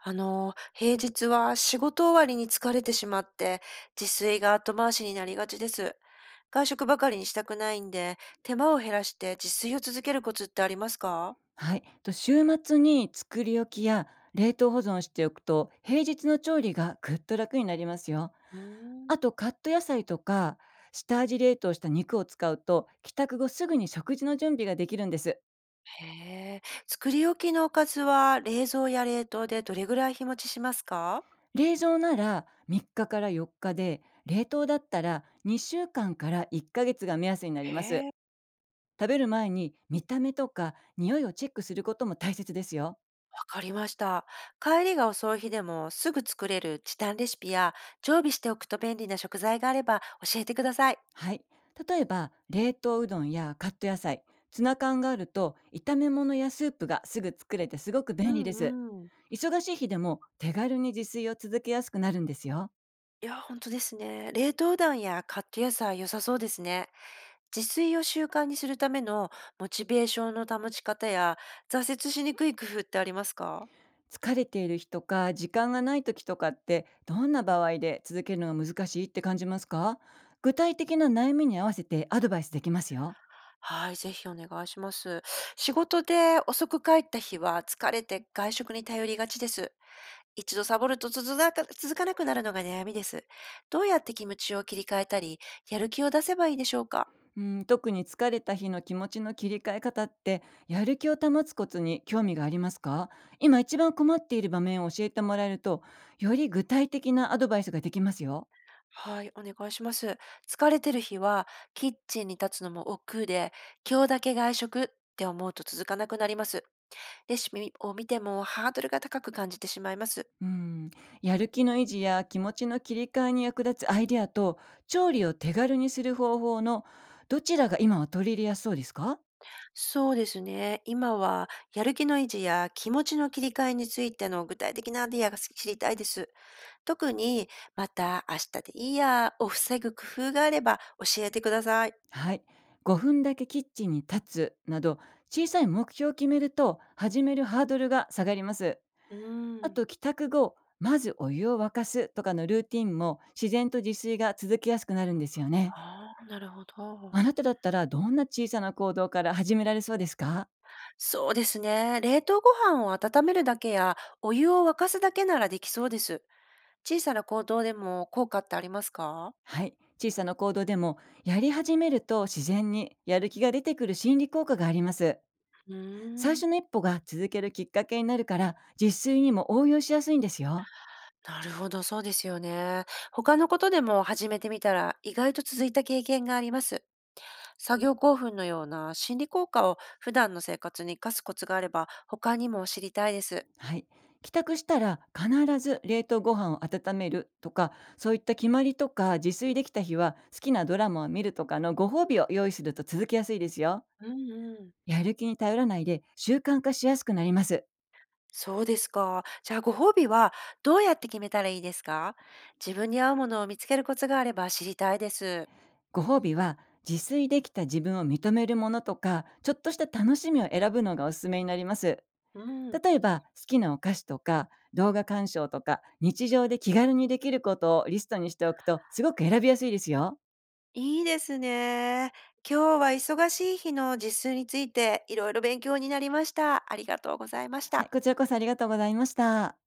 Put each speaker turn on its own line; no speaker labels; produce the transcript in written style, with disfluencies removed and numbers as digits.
平日は仕事終わりに疲れてしまって、自炊が後回しになりがちです。外食ばかりにしたくないんで、手間を減らして自炊を続けるコツってありますか？
はい、週末に作り置きや冷凍保存しておくと平日の調理がぐっと楽になりますよ。
うーん、
あとカット野菜とか下味冷凍した肉を使うと帰宅後すぐに食事の準備ができるんです。
へえ、作り置きのおかずは冷蔵や冷凍でどれぐらい日持ちしますか？
冷蔵なら3日から4日で、冷凍だったら2週間から1ヶ月が目安になりま
へ
す。
え、わ
食べる前に見た目とか匂いをチェックすることも大切ですよ。
かりました。帰りが遅い日でもすぐ作れる時短レシピや常備しておくと便利な食材があれば教えてください。
はい。例えば、冷凍うどんやカット野菜、ツナ缶があると、炒め物やスープがすぐ作れてすごく
う
便利です。
んうん。
忙しい日でも手軽に自炊を続けやすくなるんですよ。
いや、本当ですね。冷凍団やカット野菜良さそうですね。自炊を習慣にするためのモチベーションの保ち方や、挫折しにくい工夫ってありますか？
疲れている日とか、時間がない時とかって、どんな場合で続けるのが難しいって感じますか？具体的な悩みに合わせてアドバイスできますよ。
はい、ぜひお願いします。仕事で遅く帰った日は疲れて外食に頼りがちです。一度サボると続かなくなるのが悩みです。どうやって気持ちを切り替えたり、やる気を出せばいいでしょうか？
うん、特に疲れた日の気持ちの切り替え方って、やる気を保つコツに興味がありますか？今一番困っている場面を教えてもらえると、より具体的なアドバイスができますよ。
はい、お願いします。疲れてる日は、キッチンに立つのも億劫で、今日だけ外食って思うと続かなくなります。レシピを見てもハードルが高く感じてしまいます。
うん、やる気の維持や気持ちの切り替えに役立つアイデアと、調理を手軽にする方法の、どちらが今は取り入れやすそうですか？
そうですね。今は、やる気の維持や気持ちの切り替えについての具体的なアイディアが知りたいです。特に、また明日でいいやを防ぐ工夫があれば教えてください。
はい。5分だけキッチンに立つなど、小さい目標を決めると始めるハードルが下がります。
うー
あ
ん。
と帰宅後、まずお湯を沸かすとかのルーティンも、自然と自炊が続きやすくなるんですよね。
ああ、なるほど。
あなただったらどんな小さな行動から始められそうですか？
そうですね。冷凍ご飯を温めるだけや、お湯を沸かすだけならできそうです。小さな行動でも効果ってありますか？
はい。小さな行動でも、やり始めると自然にやる気が出てくる心理効果があります。
うー
最
ん
初の一歩が続けるきっかけになるから、実炊にも応用しやすいんですよ。
なるほど、そうですよね。他のことでも始めてみたら、意外と続いた経験があります。作業興奮のような心理効果を普段の生活に活かすコツがあれば、他にも知りたいです。
はい。帰宅したら必ず冷凍ご飯を温めるとか、そういった決まりとか、自炊できた日は好きなドラマを見るとかのご褒美を用意すると続きやすいですよ。
うんうん。
やる気に頼らないで習慣化しやすくなります。
そうですか。じゃあご褒美はどうやって決めたらいいですか？自分に合うものを見つけるコツがあれば知りたいです。
ご褒美は、自炊できた自分を認めるものとか、ちょっとした楽しみを選ぶのがおすすめになります。
うん。
例えば好きなお菓子とか動画鑑賞とか、日常で気軽にできることをリストにしておくとすごく選びやすいですよ。
いいですね。今日は忙しい日の実数についていろいろ勉強になりました。ありがとうございまし
はい、
た。
こちらこそありがとうございました。